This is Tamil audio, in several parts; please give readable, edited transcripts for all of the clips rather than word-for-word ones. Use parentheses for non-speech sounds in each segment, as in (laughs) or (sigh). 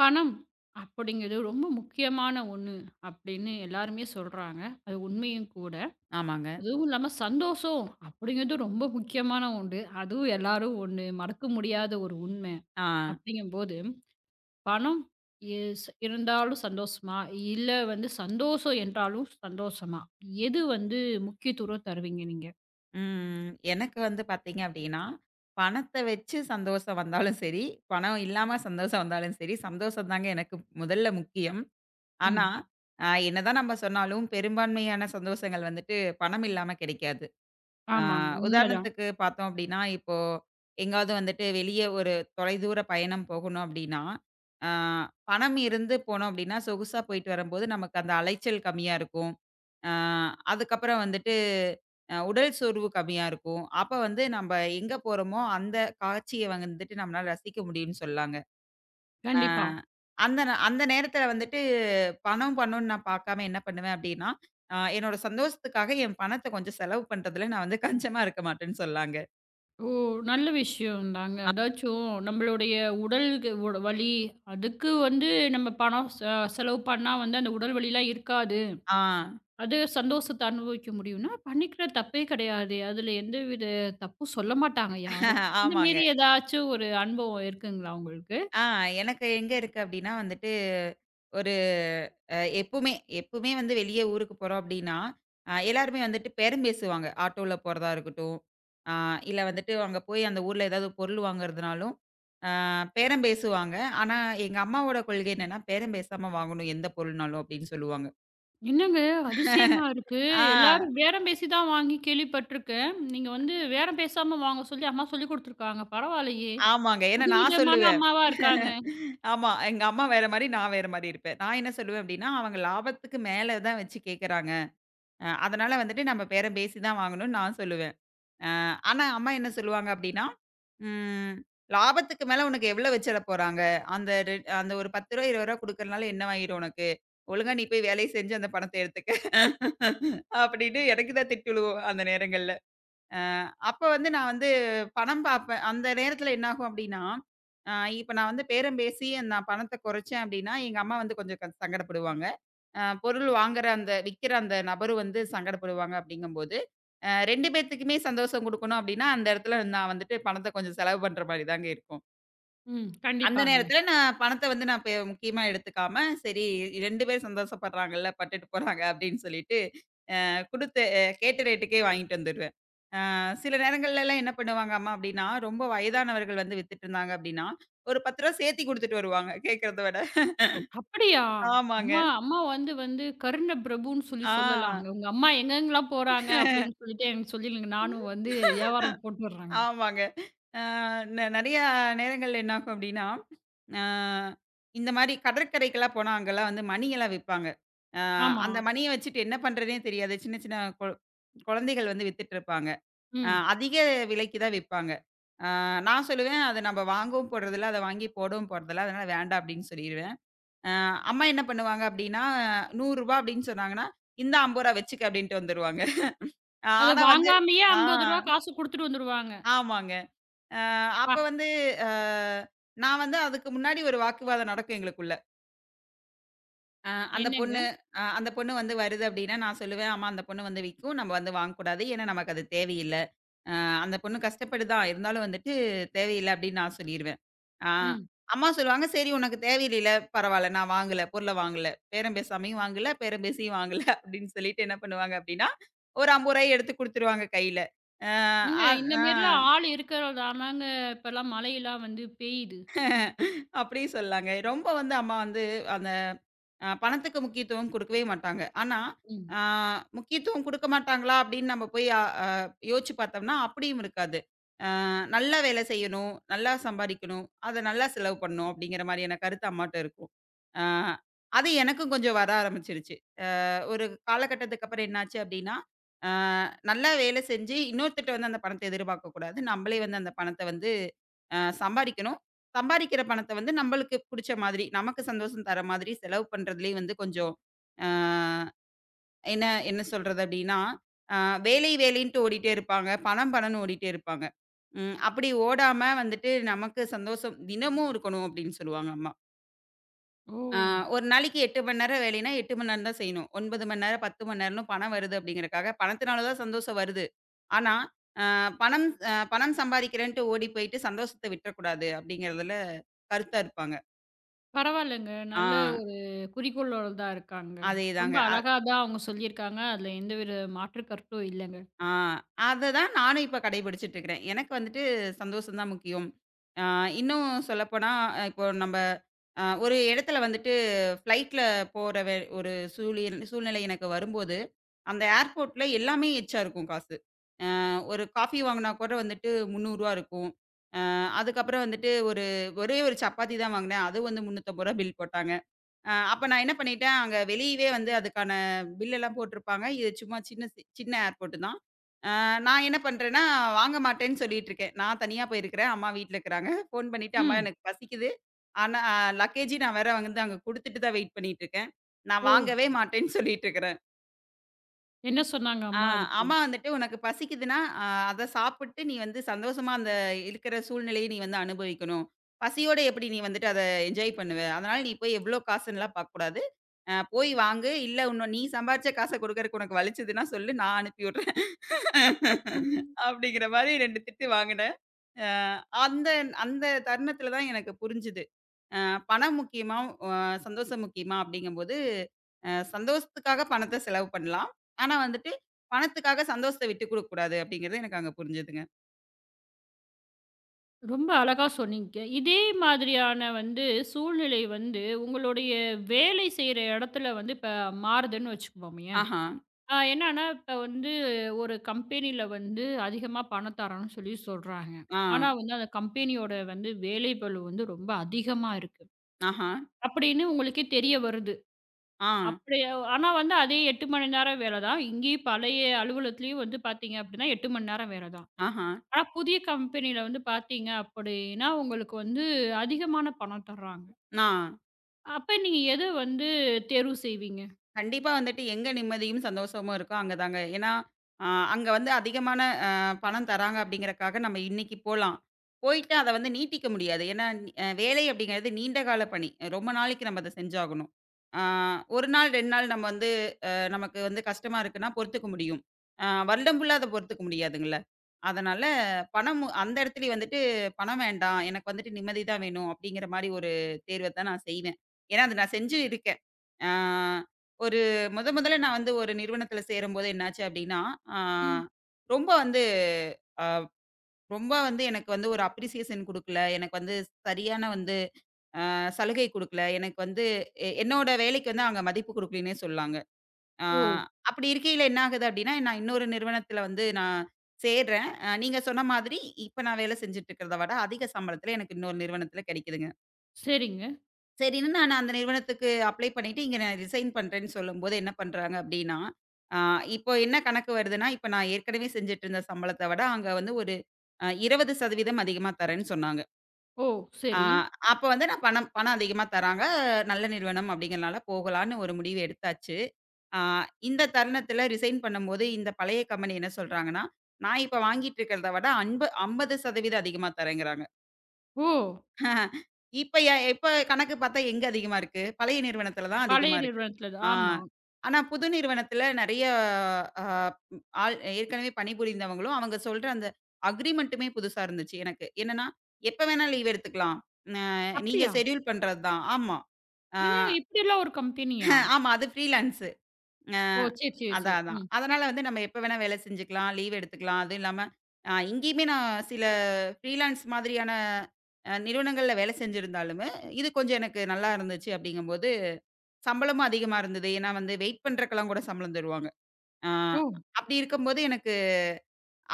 பணம் அப்படிங்கிறது ரொம்ப முக்கியமான ஒண்ணு அப்படின்னு எல்லாருமே சொல்றாங்க. அது உண்மையும் கூட. ஆமாங்க. அதுவும் இல்லாம சந்தோஷம் அப்படிங்கிறது ரொம்ப முக்கியமான ஒன்று. அதுவும் எல்லாரும் ஒண்ணு மறக்க முடியாத ஒரு உண்மை. ஆ. அப்படிங்கும்போது பணம் இருந்தாலும் சந்தோஷமா? இல்ல வந்து சந்தோஷம் என்றாலும் சந்தோஷமா? எது வந்து முக்கியத்துவம் தருவீங்க நீங்க? ம். எனக்கு வந்து பார்த்தீங்க அப்டின்னா, பணத்த வச்சு சந்தோஷம் வந்தாலும் சரி, பணம் இல்லாம சந்தோஷம் வந்தாலும் சரி, சந்தோஷம் தாங்க எனக்கு முதல்ல முக்கியம். ஆனா, ம். என்னதான் நம்ம சொன்னாலும் பெரும்பான்மையான சந்தோஷங்கள் வந்துட்டு பணம் இல்லாம கிடைக்காது. ஆ ஆமாங்க. உண்மைதான். உதாரணத்துக்கு பார்த்தோம் அப்படின்னா, இப்போ எங்கேயாவது வந்துட்டு வெளிய ஒரு தொலைதூர பயணம் போகணும் அப்படின்னா, ஆ பணம் இருந்து போனோம் அப்படின்னா, சொகுசா போயிட்டு வரும்போது நமக்கு அந்த அலைச்சல் கம்மியா இருக்கும். ஆ அதுக்கப்புறம் வந்துட்டு உடல் சோர்வு கம்மியா இருக்கும். அப்ப வந்து நம்ப எங்க போறோமோ, அந்த காட்சிய வந்துட்டு நம்மளால ரசிக்க முடியும்னு சொல்லலாங்க. ஆ. கண்டிப்பா. அந்த நேரத்தில வந்துட்டு பணம் பணம்ன்னு நான் பார்க்காம என்ன பண்ணுவேன் அப்டின்னா, என்னோட சந்தோஷத்துக்காக என் பணத்த கொஞ்சம் செலவு பண்றதுல நான் வந்து கஞ்சமா இருக்க மாட்டேன்னு சொல்லலாங்க. ஓ! நல்ல விஷயம் தாங்க. அதாச்சும் நம்மளுடைய உடலுக்கு உட வலி, அதுக்கு வந்து நம்ம பணம் செலவு பண்ணா வந்து அந்த உடல் வலிலாம் இருக்காது. ஆ. அது சந்தோஷத்த அனுபவிக்க முடியும்னா, பண்ணிக்கிற தப்பே கிடையாது. அதுல எந்தவித தப்பும் சொல்ல மாட்டாங்க யாரும். (laughs) அந்த ஆமாங்க. மாரி ஏதாச்சும் ஒரு அனுபவம் இருக்குங்களா உங்களுக்கு? ஆ எனக்கு எங்க இருக்கு அப்டின்னா வந்துட்டு, ஒரு எப்பவுமே எப்பவுமே வந்து வெளிய ஊருக்கு போறோம் அப்டின்னா, எல்லாருமே வந்துட்டு பேரம் பேசுவாங்க. ஆட்டோல போறதா இருக்கட்டும், அ இல்ல வந்துட்டு அங்க போய் அந்த ஊர்ல ஏதாவது பொருள் வாங்குறதுனாலும், அ பேரம் பேசுவாங்க. ஆனா எங்க அம்மாவோட கொள்கை என்னன்னா, பேரம் பேசாம வாங்கணும் எந்த பொருள்னாலும் அப்டின்னு சொல்லுவாங்க. என்னங்க அதிசயமா (laughs) இருக்கு. ஆ எல்லாரும் பேரம் பேசி தான் வாங்கி கேள்விப்பட்டுருக்கேன். நீங்க வந்து பேரம் பேசாம வாங்க சொல்லி அம்மா சொல்லிக் குடுத்துருக்காங்க. பரவாயில்லையே! ஆமாங்க. ஏன்னா நான் புதுவிதமான சொல்லுவேன். அம்மாவா இருக்காங்க. (laughs) ஆமா. எங்க அம்மா வேற மாரி, நான் வேற மாரி இருப்பேன். நான் என்ன சொல்லுவேன் அப்டின்னா, அவங்க லாபத்துக்கு மேல தான் வச்சு கேட்கறாங்க. அதனால வந்துட்டு நம்ம பேரம் பேசி தான் வாங்கணும்னு நான் சொல்லுவேன். அ ஆனா அம்மா என்ன சொல்லுவாங்க அப்டின்னா, ம் லாபத்துக்கு மேல உனக்கு எவ்வளோ வச்சிட போறாங்க? அந்த ரெ அந்த ஒரு ரூ. 10 ரூ. 20 குடுக்கறனால என்னவாயிரும் உனக்கு? ஒழுங்கா நீ போய் வேலைய செஞ்சு அந்த பணத்த எடுத்துக்க. அப்டின்னு எனக்கு தான் திட்டு விழுவும் அந்த நேரங்கள்ல. அ அப்ப வந்து நான் வந்து பணம் பாப்பேன். அந்த நேரத்துல என்னாகும் அப்டின்னா, அ இப்ப நான் வந்து பேரம் பேசி நான் பணத்த குறைச்சேன் அப்டின்னா, எங்க அம்மா வந்து கொஞ்சம் சங்கடப்படுவாங்க. பொருள் வாங்குற அந்த விக்கிற அந்த நபரும் வந்து சங்கடப்படுவாங்க அப்படிங்கும்போது, 2 பேத்துக்குமே சந்தோஷம் குடுக்கணும் அப்படின்னா, அந்த இடத்துல நான் வந்துட்டு பணத்த கொஞ்சம் செலவு பண்ற மாரி தாங்க இருக்கும். ம். அந்த கண்டிப்பாங்க. நேரத்துல நான் பணத்த வந்து நான் முக்கியமா எடுத்துக்காம, சரி 2 பேரும் சந்தோஷப்படுறாங்கல்ல, பட்டுட்டு போறாங்க அப்படின்னு சொல்லிட்டு, அ குடுத்த அ கேட்ட ரேட்டுக்கே வாங்கிட்டு வந்துருவேன். சில நேரங்கள்லலாம் என்ன பண்ணுவாங்க அம்மா அப்படின்னா, ரொம்ப வயதானவர்கள் வந்து வித்துட்டுருந்தாங்க அப்படின்னா, ஒரு ரூ. 10 சேர்த்தி குடுத்துட்டு வருவாங்க, கேட்கறத விட. அப்படியா? ஆமாங்க. அம்மா அம்மா வந்து வந்து கருண பிரபுன்னு சொல்லி ஆ. சொல்லலாங்க. உங்க அம்மா எங்கெங்கலாம் போறாங்க அப்படின்னு சொல்லிட்டு எனக்கு சொல்லிடுங்க. நானும் வந்து வியாபாரம் போட்டு வர்றேங்க. ஆமாங்க. அ நெ நெறைய நேரங்கள்ல என்ன ஆகும் அப்டின்னா, அ இந்த மாரி கடற்கரைக்கெல்லாம் போனா, அங்கலாம் வந்து மணியெல்லாம் விப்பாங்க. அ ஆமா. அந்த மணிய வச்சுட்டு என்ன பண்றதுன்னே தெரியாது. சின்ன சின்ன குழந்தைகள் வந்து வித்துட்ருப்பாங்க. ம். அதிக விலைக்கு தான் விப்பாங்க. அ நான் சொல்லுவேன், "அத நம்ம வாங்கவும் போறதில்ல, அத வாங்கி போடவும் போறதில்ல. அதனால வேண்டாம்." அப்டின்னு சொல்லிருவேன். அ அம்மா என்ன பண்ணுவாங்க அப்டின்னா, ரூ. 100 அப்டின்னு சொன்னாங்கன்னா, "இந்தா ரூ. 50 வச்சுக்க" அப்டின்ட்டு வந்துருவாங்க. அத ஆனா வந்து வாங்காமயே ரூ. ஆ 50 காசு குடுத்துட்டு வந்துருவாங்க. ஆமாங்க. அ அப்ப அப்பா! வந்து அ நான் வந்து அதுக்கு முன்னாடி ஒரு வாக்குவாதம் நடக்கும் எங்களுக்குள்ள. அ அந்த பொண்ணு என்னங்க? அ அந்த பொண்ணு வந்து வருது அப்டின்னா, நான் சொல்லுவேன், "ஆமா அந்த பொண்ணு வந்து விக்கும். நம்ம வந்து வாங்கக்கூடாது. ஏன்னா நமக்கு அது தேவையில்ல. அ அந்த பொண்ணு கஷ்டப்படுதா, இருந்தாலும் வந்துட்டு தேவையில்ல" அப்டின்னு நான் சொல்லிருவேன். அ ம். அம்மா சொல்லுவாங்க, "சரி உனக்கு தேவையில்லைல பரவால்ல. நான் வாங்கல. பொருள வாங்கல. பேரம் பேசாமயும் வாங்கல, பேரம் பேசியும் வாங்கல" (laughs) அப்டின்னு சொல்லிட்டு என்ன பண்ணுவாங்க அப்டின்னா, ஒரு ரூ. 50 எடுத்து குடுத்துருவாங்க கையில. அ ஏங்க அ. இந்த மாரிலாம் அஹ் ஆள் இருக்கிறதாலங்க இப்பலாம் மழையெல்லாம் வந்து பெய்யுது. அப்டியும் சொல்லாங்க. ரொம்ப வந்து அம்மா வந்து அந்த பணத்துக்கு முக்கியத்துவம் குடுக்கவே மாட்டாங்க. ஆனா, ம். ஆ முக்கியத்துவம் குடுக்க மாட்டாங்களா அப்டின்னு நம்ம போய் அ அ யோசிச்சு பார்த்தோம்னா, அப்டியும் இருக்காது. நல்லா வேல செய்யணும், நல்லா சம்பாரிக்கணும், அத நல்லா செலவு பண்ணணும் அப்டிங்கிற மாரியான கருத்து அம்மாட்ட இருக்கும். ஆ அது எனக்கும் கொஞ்சம் வர ஆரம்பிச்சுருச்சு. ஒரு காலகட்டத்துக்கு அப்புறம் என்னாச்சு அப்டின்னா, அ நல்லா வேலை செஞ்சு இன்னொருத்தர்ட்ட வந்து அந்த பணத்த எதிர்பார்க்கக் கூடாது. நம்பளே வந்து அந்த பணத்த வந்து சம்பாரிக்கணும். சம்பாரிக்கிற பணத்த வந்து நம்பளுக்கு புடிச்ச மாதிரி, நமக்கு சந்தோஷம் தர மாதிரி செலவு பண்றதுலயே வந்து கொஞ்சம் அ என்ன என்ன சொல்றது அப்டின்னா, அ வேலை வேலைன்ட்டு ஓடிட்டே இருப்பாங்க. பணம் பணம்னு ஓடிட்டே இருப்பாங்க. ம். அப்படி ஓடாம வந்துட்டு நமக்கு சந்தோஷம் தினமும் இருக்கணும் அப்டின்னு சொல்லுவாங்க அம்மா. ஓ! ஆ, ஒரு நாளைக்கு 8 மணி நேரம் வேலைன்னா, 8 மணி நேரம் தான் செய்யணும். 9 மணி நேரம், 10 மணி நேரம்னு பணம் வருது அப்படிங்கிறக்காக, பணத்தினால தான் சந்தோஷம் வருது. ஆனா, அ பணம் அ பணம் சம்பாதிக்கிறேன்ட்டு ஓடி போயிட்டு சந்தோஷத்த விட்டுறக்கூடாது அப்படிங்கிறதுல கருத்தா இருப்பாங்க. பரவாயில்லங்க. ஆ நல்ல ஒரு குறிக்கோளோட தான் இருக்காங்க. அதேதாங்க. ரொம்ப அழகா தான் அவங்க சொல்லியிருக்காங்க. அதுல எந்தவித மாற்று கருத்தும் இல்லங்க. ஆ, அததான் நானும் இப்ப கடைபிடிச்சிட்டு இருக்கிறேன். எனக்கு வந்துட்டு சந்தோஷம் தான் முக்கியம். ஆ, இன்னும் சொல்லப்போனா, இப்போ நம்ப ஒரு இடத்துல வந்துட்டு ஃப்ளைட்ல போற வே ஒரு சூழ்நிலை எனக்கு வரும்போது, அந்த ஏர்போர்ட்ல எல்லாமே எச்சா இருக்கும் காசு. ஒரு காஃபி வாங்குனா கூட வந்துட்டு ரூ. 300 இருக்கும். அதுக்கப்புறம் வந்துட்டு ஒரு ஒரே ஒரு சப்பாத்தி தான் வாங்குனேன். அது வந்து ரூ. 350 பில் போட்டாங்க. அப்ப நான் என்ன பண்ணிட்டேன், அங்க வெளியவே வந்து அதுக்கான பில் எல்லாம் போட்டிருப்பாங்க. இது சும்மா சின்ன ஏர்போர்ட் தான். நான் என்ன பண்றேன்னா, வாங்க மாட்டேன்னு சொல்லிட்டுருக்கேன். நான் தனியா போயிருக்கிறேன். அம்மா வீட்ல இருக்கிறாங்க. ஃபோன் பண்ணிட்டு, "அம்மா ம். எனக்கு பசிக்குது. ஆனா லக்கேஜ் நான் வேற வந்து அங்க குடுத்துட்டு தான் வெயிட் பண்ணிட்டுருக்கேன். நான் ஓ! வாங்கவே மாட்டேன்னு சொல்லிட்டுருக்கிறேன்." என்ன சொன்னாங்க ஆ அம்மா அதுக்கு? அம்மா வந்துட்டு, "உனக்கு பசிக்குதுன்னா, அத சாப்பிட்டு நீ வந்து சந்தோஷமா அந்த இருக்கிற சூழ்நிலைய நீ வந்து அனுபவிக்கணும். பசியோட எப்படி நீ வந்துட்டு அத என்ஜாய் பண்ணுவ? அதனால நீ போய் எவ்ளோ காசுன்னுலாம் பார்க்கக்கூடாது. போய் வாங்கு. இல்ல உன்ன நீ சம்பாரிச்ச காச குடுக்கறக்கு உனக்கு வலிச்சதுன்னா சொல்லு, நான் அனுப்பி விடுறேன்." ம்ஹும். அப்படிங்கிற மாரி 2 திட்டு வாங்கினேன். அ அந்த அந்த தருணத்தில தான் எனக்கு புரிஞ்சுது. அ பணம் முக்கியமா, அ சந்தோஷம் முக்கியமா அப்படிங்கும்போது, சந்தோஷத்துக்காக பணத்த செலவு பண்ணலாம். ஆனா வந்துட்டு, பணத்துக்காக சந்தோஷத்த விட்டுக் குடுக்கக்கூடாது அப்படிங்கிறது எனக்கு அங்க புரிஞ்சுதுங்க. ரொம்ப அழகா சொன்னீங்க. இதே மாதிரியான வந்து சூழ்நிலை வந்து உங்களுடைய வேலை செய்ற இடத்துல வந்து இப்ப மாறுதுன்னு வச்சுக்குவோமேயேன். ஆஹா, அ என்னன்னா, இப்ப வந்து ஒரு கம்பெனில வந்து அதிகமா பணம் தரோன்னு சொல்லி சொல்றாங்க. ஆ, ஆனா வந்து அந்த கம்பெனியோட வந்து வேலைப்பளு வந்து ரொம்ப அதிகமா இருக்கு. ஆஹா, அப்படின்னு உங்களுக்கே தெரிய வருது. ஆ, அப்படி ஆனா வந்து அதே 8 மணி நேரம் வேலை தான். இங்கேயும் பழைய அலுவலகத்திலயும் வந்து பார்த்தீங்க அப்படின்னா 8 மணி நேரம் வேலை தான். ஆஹா, ஆனா புதிய கம்பெனியில வந்து பார்த்தீங்க அப்படின்னா, உங்களுக்கு வந்து அதிகமான பணம் தர்றாங்க. நா. அப்ப நீங்க எத வந்து தேர்வு செய்வீங்க? கண்டிப்பா வந்துட்டு எங்க நிம்மதியும் சந்தோஷமும் இருக்கோ அங்க தாங்க. ஏன்னா, அ அங்க வந்து அதிகமான அ பணம் தராங்க அப்படிங்கிறக்காக நம்ம இன்னைக்கு போலாம். போயிட்டு அத வந்து நீட்டிக்க முடியாது. ஏன்னா, வேலை அப்படிங்கிறது நீண்ட கால பணி. ரொம்ப நாளைக்கு நம்ம அத செஞ்சாகணும். அ 1 நாள், 2 நாள் நம்ம வந்து நமக்கு வந்து கஷ்டமா இருக்குன்னா பொறுத்துக்க முடியும். வருடம் ஃபுல்லா அத பொறுத்துக்க முடியாதுங்கல்ல. அதனால அந்த இடத்துலயே வந்துட்டு பணம் வேண்டாம். எனக்கு வந்துட்டு நிம்மதி தான் வேணும் அப்படிங்கிற மாரி ஒரு தேர்வ தான் நான் செய்வேன். ஏன்னா அது நான் செஞ்சு இருக்கேன். ஆ ஒரு முதல்ல நான் வந்து ஒரு நிறுவனத்தில சேரும்போது என்னாச்சு அப்படின்னா, ஆ ம். ரொம்ப வந்து அ எனக்கு வந்து ஒரு அப்ரிசியேஷன் குடுக்கல. எனக்கு வந்து சரியான வந்து சலுகை குடுக்கல. எனக்கு வந்து என்னோட வேலைக்கு வந்து அங்க மதிப்பு குடுக்கலன்னே சொல்லலாங்க. ஆ ஓ! அப்படி இருக்கையில என்ன ஆகுது அப்படின்னா, நான் இன்னொரு நிறுவனத்தில வந்து நான் சேர்றேன். நீங்க சொன்ன மாதிரி இப்ப நான் வேலை செஞ்சுட்டு இருக்கிறத விட அதிக சம்பளத்தில எனக்கு இன்னொரு நிறுவனத்தில கிடைக்குதுங்க. சரிங்க. சரின்னு நான் அந்த நிறுவனத்துக்கு அப்ளை பண்ணிட்டு இங்க நான் ரிசைன் பண்றேன்னு சொல்லும்போது என்ன பண்றாங்க அப்படின்னா, ஆ இப்போ என்ன கணக்கு வருதுன்னா, இப்ப நான் ஏற்கனவே செஞ்சுட்டு இருந்த சம்பளத்த விட அங்க வந்து ஒரு 20% அதிகமா தரேன்னு சொன்னாங்க. ஓ! ஆ, சரி. அப்ப வந்து நான் பணம் பணம் அதிகமா தராங்க. நல்ல நிறுவனம் அப்படிங்கிறனால போகலான்னு ஒரு முடிவு எடுத்தாச்சு. ஆ இந்த தருணத்தில ரிசைன் பண்ணும்போது, இந்த பழைய கம்பெனி என்ன சொல்றாங்கன்னா, நான் இப்ப வாங்கிட்டு இருக்கிறத விட அன்பு 50% அதிகமா தரேங்கிறாங்க. ஓ! ஆஹ. இப்ப கணக்கு பார்த்தா எங்க அதிகமா இருக்கு? பழைய நிறுவனத்தில தான் அதிகமா பழைய இருக்கு. நிறுவனத்துல தான். ஆ. ஆமா. ஆனா புது நிறுவனத்தில நெறைய அ ஆள் ஏற்கனவே பணிபுரிந்தவங்களும், அவங்க சொல்ற அந்த அக்ரிமென்ட்டுமே புதுசா இருந்துச்சு எனக்கு. என்னன்னா, எப்ப வேணா லீவ் எடுத்துக்கலாம். அ நீங்க அப்படியா? ஷெட்யூல் பண்றது தான். ஆமா. ஆ என்னங்க இப்படியெல்லாம் ஒரு கம்பெனியா? ஆமா அது ஃப்ரீலான்ஸ். அ ஓ! சரி, சரி, அதான், சரி. அதான். ம். அதனால வந்து நம்ம எப்ப வேணா வேலை செஞ்சுக்கலாம். லீவ் எடுத்துக்கலாம். அதுவும் இல்லாம இங்கேயுமே நான் சில ஃப்ரீலான்ஸ் மாதிரியான நிறுவனங்கள்ல வேலை செஞ்சிருந்தாலுமே, இது கொஞ்சம் எனக்கு நல்லா இருந்துச்சு அப்படிங்கும்போது, சம்பளமும் அதிகமா இருந்தது. ஏன்னா வந்து வெயிட் பண்றக்கெல்லாம் கூட சம்பளம் தருவாங்க. அ ஓ! அப்படி இருக்கும்போது எனக்கு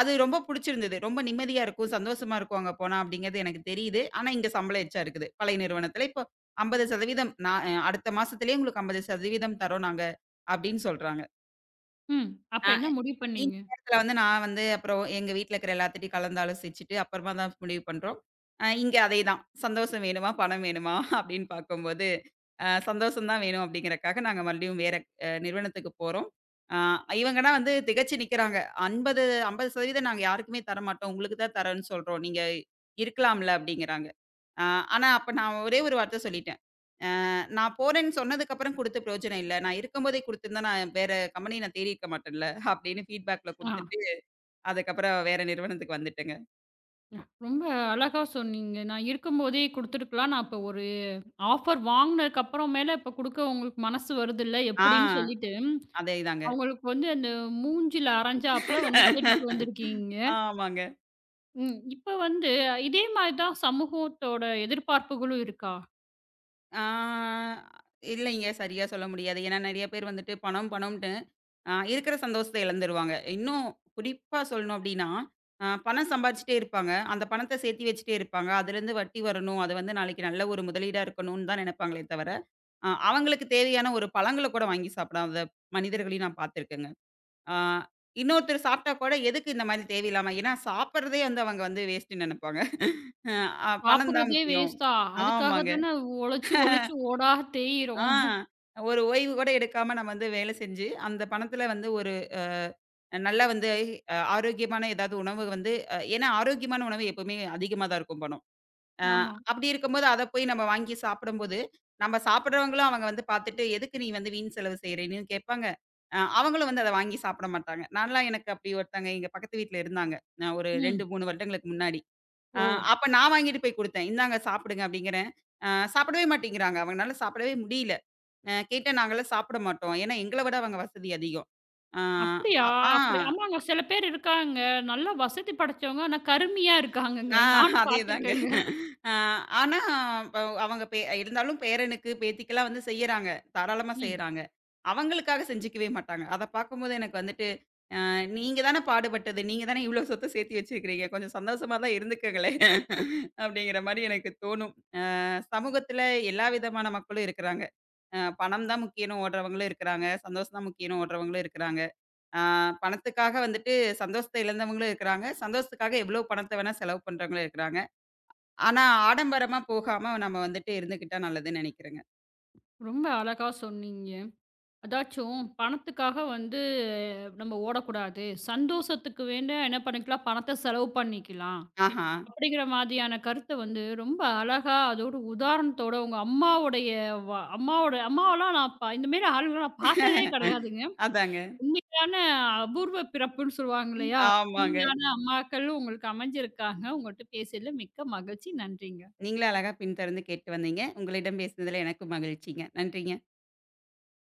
அது ரொம்ப புடிச்சிருந்தது. ரொம்ப நிம்மதியா இருக்கும், சந்தோஷமா இருக்கும் அங்க போனா அப்படிங்கிறது எனக்கு தெரியுது. ஆனா இங்க சம்பளம் எச்சா இருக்குது. பழைய நிறுவனத்துல இப்போ 50% நான் அடுத்த மாசத்திலேயே உங்களுக்கு 50% தர்றோம் நாங்க அப்படின்னு சொல்றாங்க. ம். அப்ப ஆ என்ன முடிவு இந்த பண்ணீங்க? நேரத்துல வந்து நான் வந்து அப்புறம் எங்க வீட்ல இருக்கிற எல்லாத்துட்டயும் கலந்து ஆலோசிச்சுட்டு அப்புறமா தான் முடிவு பண்றோம். இங்க அதேதான். சந்தோஷம் வேணுமா? பணம் வேணுமா? (laughs) அப்படின்னு பார்க்கும்போது, சந்தோஷம் தான் வேணும் அப்படிங்கிறக்காக நாங்க மறுபடியும் வேற நிறுவனத்துக்கு போறோம். ஆ இவங்கன்னா வந்து திகச்சு நிக்கிறாங்க. 50 50% நாங்க யாருக்குமே தரமாட்டோம். உங்களுக்கு தான் தரேன்னு சொல்றோம். நீங்க இருக்கலாம்ல அப்படிங்கிறாங்க. ஆ ஆனா அப்ப நான் ஒரே ஒரு வார்த்த சொல்லிட்டேன். நான் போறேன்னு சொன்னதுக்கு அப்புறம் குடுத்து பிரயோஜனம் இல்ல. நான் இருக்கும்போதே குடுத்திருந்தா, நான் வேற கம்பெனி நான் தேடியிருக்க மாட்டேன்ல. அப்படின்னு ஃபீட்பேக்ல ஆ. குடுத்துட்டு, அதுக்கப்புறம் வேற நிறுவனத்துக்கு வந்துட்டேங்க. ஆ, ரொம்ப அழகா சொன்னீங்க. நான் இருக்கும்போதே குடுத்துருக்கலாம். நான் இப்ப ஒரு ஆஃபர் வாங்குனதுக்கு அப்புறம் மேல இப்ப குடுக்க உங்களுக்கு மனசு வருதுல்ல ஆ எப்படின்னு சொல்லிட்டு அதேதாங்க. அவங்களுக்கு வந்து அந்த மூஞ்சில அரைஞ்சாப்புல வந்து கேட்டுட்டு வந்திருக்கீங்க. ஆமாங்க. ம். இப்ப வந்து இதே மாரி தான் சமூகத்தோட எதிர்பார்ப்புகளும் இருக்கா? ஆ இல்லைங்க. சரியா சொல்ல முடியாது. ஏன்னா நெறைய பேர் வந்துட்டு பணம் பணம்ன்ட்டு, இருக்கிற சந்தோஷத்த இழந்துருவாங்க. இன்னும் குறிப்பா சொல்லணும் அப்படின்னா, பணம் சம்பாரிச்சுட்டே இருப்பாங்க. அந்த பணத்த சேர்த்தி வச்சுட்டே இருப்பாங்க. அதுலேருந்து வட்டி வரணும். அது வந்து நாளைக்கு நல்ல ஒரு முதலீடா இருக்கணும்னு தான் நெனைப்பாங்களே தவிர அவங்களுக்கு தேவையான ஒரு பழங்கள கூட வாங்கி சாப்பிடாத மனிதர்களையும் நான் பார்த்துருக்கேங்க. ஆ இன்னொருத்தர் சாப்பிட்டா கூட எதுக்கு இந்த மாரி தேவையில்லாம ஏன்னா சாப்பிடுறதே வந்து அவங்க வந்து வேஸ்ட்டுன்னு நெனைப்பாங்க. பணம் தான் சாப்பிடுறதே முக்கியம். வேஸ்ட்டா? அதுக்காக ஆமாங்க. தானே உழைச்சு, உழைச்சு ஓடா ஆ தேய்றோம். ஒரு ஓய்வு கூட எடுக்காம நம்ம வந்து வேலை செஞ்சு, அந்த பணத்தில வந்து ஒரு அ நல்லா வந்து ஆரோக்கியமான ஏதாவது உணவு வந்து ஏன்னா ஆரோக்கியமான உணவு எப்பவுமே அதிகமா தான் இருக்கும் பணம். அ ஆமா. அப்படி இருக்கும்போது, அத போய் நம்ம வாங்கி சாப்பிடும்போது, நம்ம சாப்பிடுறவங்களும் அவங்க வந்து பார்த்துட்டு, "எதுக்கு நீ வந்து வீண் செலவு செய்றேன்னு?" கேட்பாங்க. அவங்களும் வந்து அத வாங்கி சாப்பிட மாட்டாங்க. நான்லாம் எனக்கு அப்படி ஒருத்தங்க எங்க பக்கத்து வீட்ல இருந்தாங்க. நான் ஒரு 2, ம். 3 வருடங்களுக்கு முன்னாடி. அ ஓ! அப்ப நான் வாங்கிட்டு போய் குடுத்தேன். "இந்தாங்க சாப்பிடுங்க" அப்படிங்கிறேன். அ சாப்பிடவே மாட்டேங்கிறாங்க. அவங்கனால சாப்பிடவே முடியல. கேட்டா, "நாங்கலாம் சாப்பிட மாட்டோம். ஏன்னா எங்கள விட அவங்க வசதி அதிகம்." அ அப்படியா? அ ஆ. அப்படி ஆமாங்க. சில பேர் இருக்காங்க. நல்லா வசதி படைச்சவங்க. ஆனா கருமியா இருக்காங்கங்க. ஆ நானும் அதேதாங்க. பார்த்துருக்கேங்க. அ ஆனா ப அவங்க இருந்தாலும் பேரனுக்கு, பேத்திக்கெல்லாம் வந்து செய்யறாங்க. தாராளமா ம். செய்யறாங்க. அவங்களுக்காக செஞ்சுக்கவே மாட்டாங்க. அத பார்க்கும்போது எனக்கு வந்துட்டு, நீங்க தானே பாடுபட்டது. நீங்க தானே இவ்ளோ சொத்த சேர்த்து வச்சிருக்கிறீங்க. கொஞ்சம் சந்தோஷமா தான் இருந்துக்கங்களேன்." (laughs) அப்படிங்கிற மாரி எனக்கு தோணும். சமூகத்துல எல்லா விதமான மக்களும் இருக்கிறாங்க. பணம் தான் முக்கியம்னு ஓடுறவங்களும் இருக்கிறாங்க. சந்தோஷம் தான் முக்கியம்னு ஓடுறவங்களும் இருக்கிறாங்க. அ பணத்துக்காக வந்துட்டு சந்தோஷத்த இழந்தவங்களும் இருக்கிறாங்க. சந்தோஷத்துக்காக எவ்வளோ பணத்த வேணா செலவு பண்றவங்களும் இருக்கிறாங்க. ஆனா, ஆடம்பரமா போகாம நம்ம வந்துட்டு இருந்துக்கிட்டா நல்லதுன்னு நெனைக்கிறேங்க. ரொம்ப அழகா சொன்னீங்க. அதாச்சும் பணத்துக்காக வந்து நம்ம ஓடக்கூடாது. சந்தோஷத்துக்கு வேண்ட என்ன பண்ணிக்கலாம், பணத்த செலவு பண்ணிக்கலாம். ஆஹா. அப்படிங்கிற மாதிரியான கருத்த வந்து ரொம்ப அழகா அதோட உதாரணத்தோட உங்க அம்மாவுடைய வ அம்மாவோட அம்மாவெல்லாம் நான் இந்த மாரி ஆளுங்கள நான் பார்த்ததே ஐ கிடையாதுங்க. அதாங்க. உண்மையான அபூர்வ பிறப்புன்னு சொல்லுவாங்க இல்லையா? ஆமாங்க. உண்மையான அம்மாக்களும் உங்களுக்கு அமைஞ்சிருக்காங்க. உங்கள்ட்ட பேசியதில மிக்க மகிழ்ச்சி. நன்றிங்க. நீங்களும் அழகா பின்தொடர்ந்து கேட்டு வந்தீங்க. உங்களிடம் பேசினதுல எனக்கும் மகிழ்ச்சிங்க. நன்றிங்க.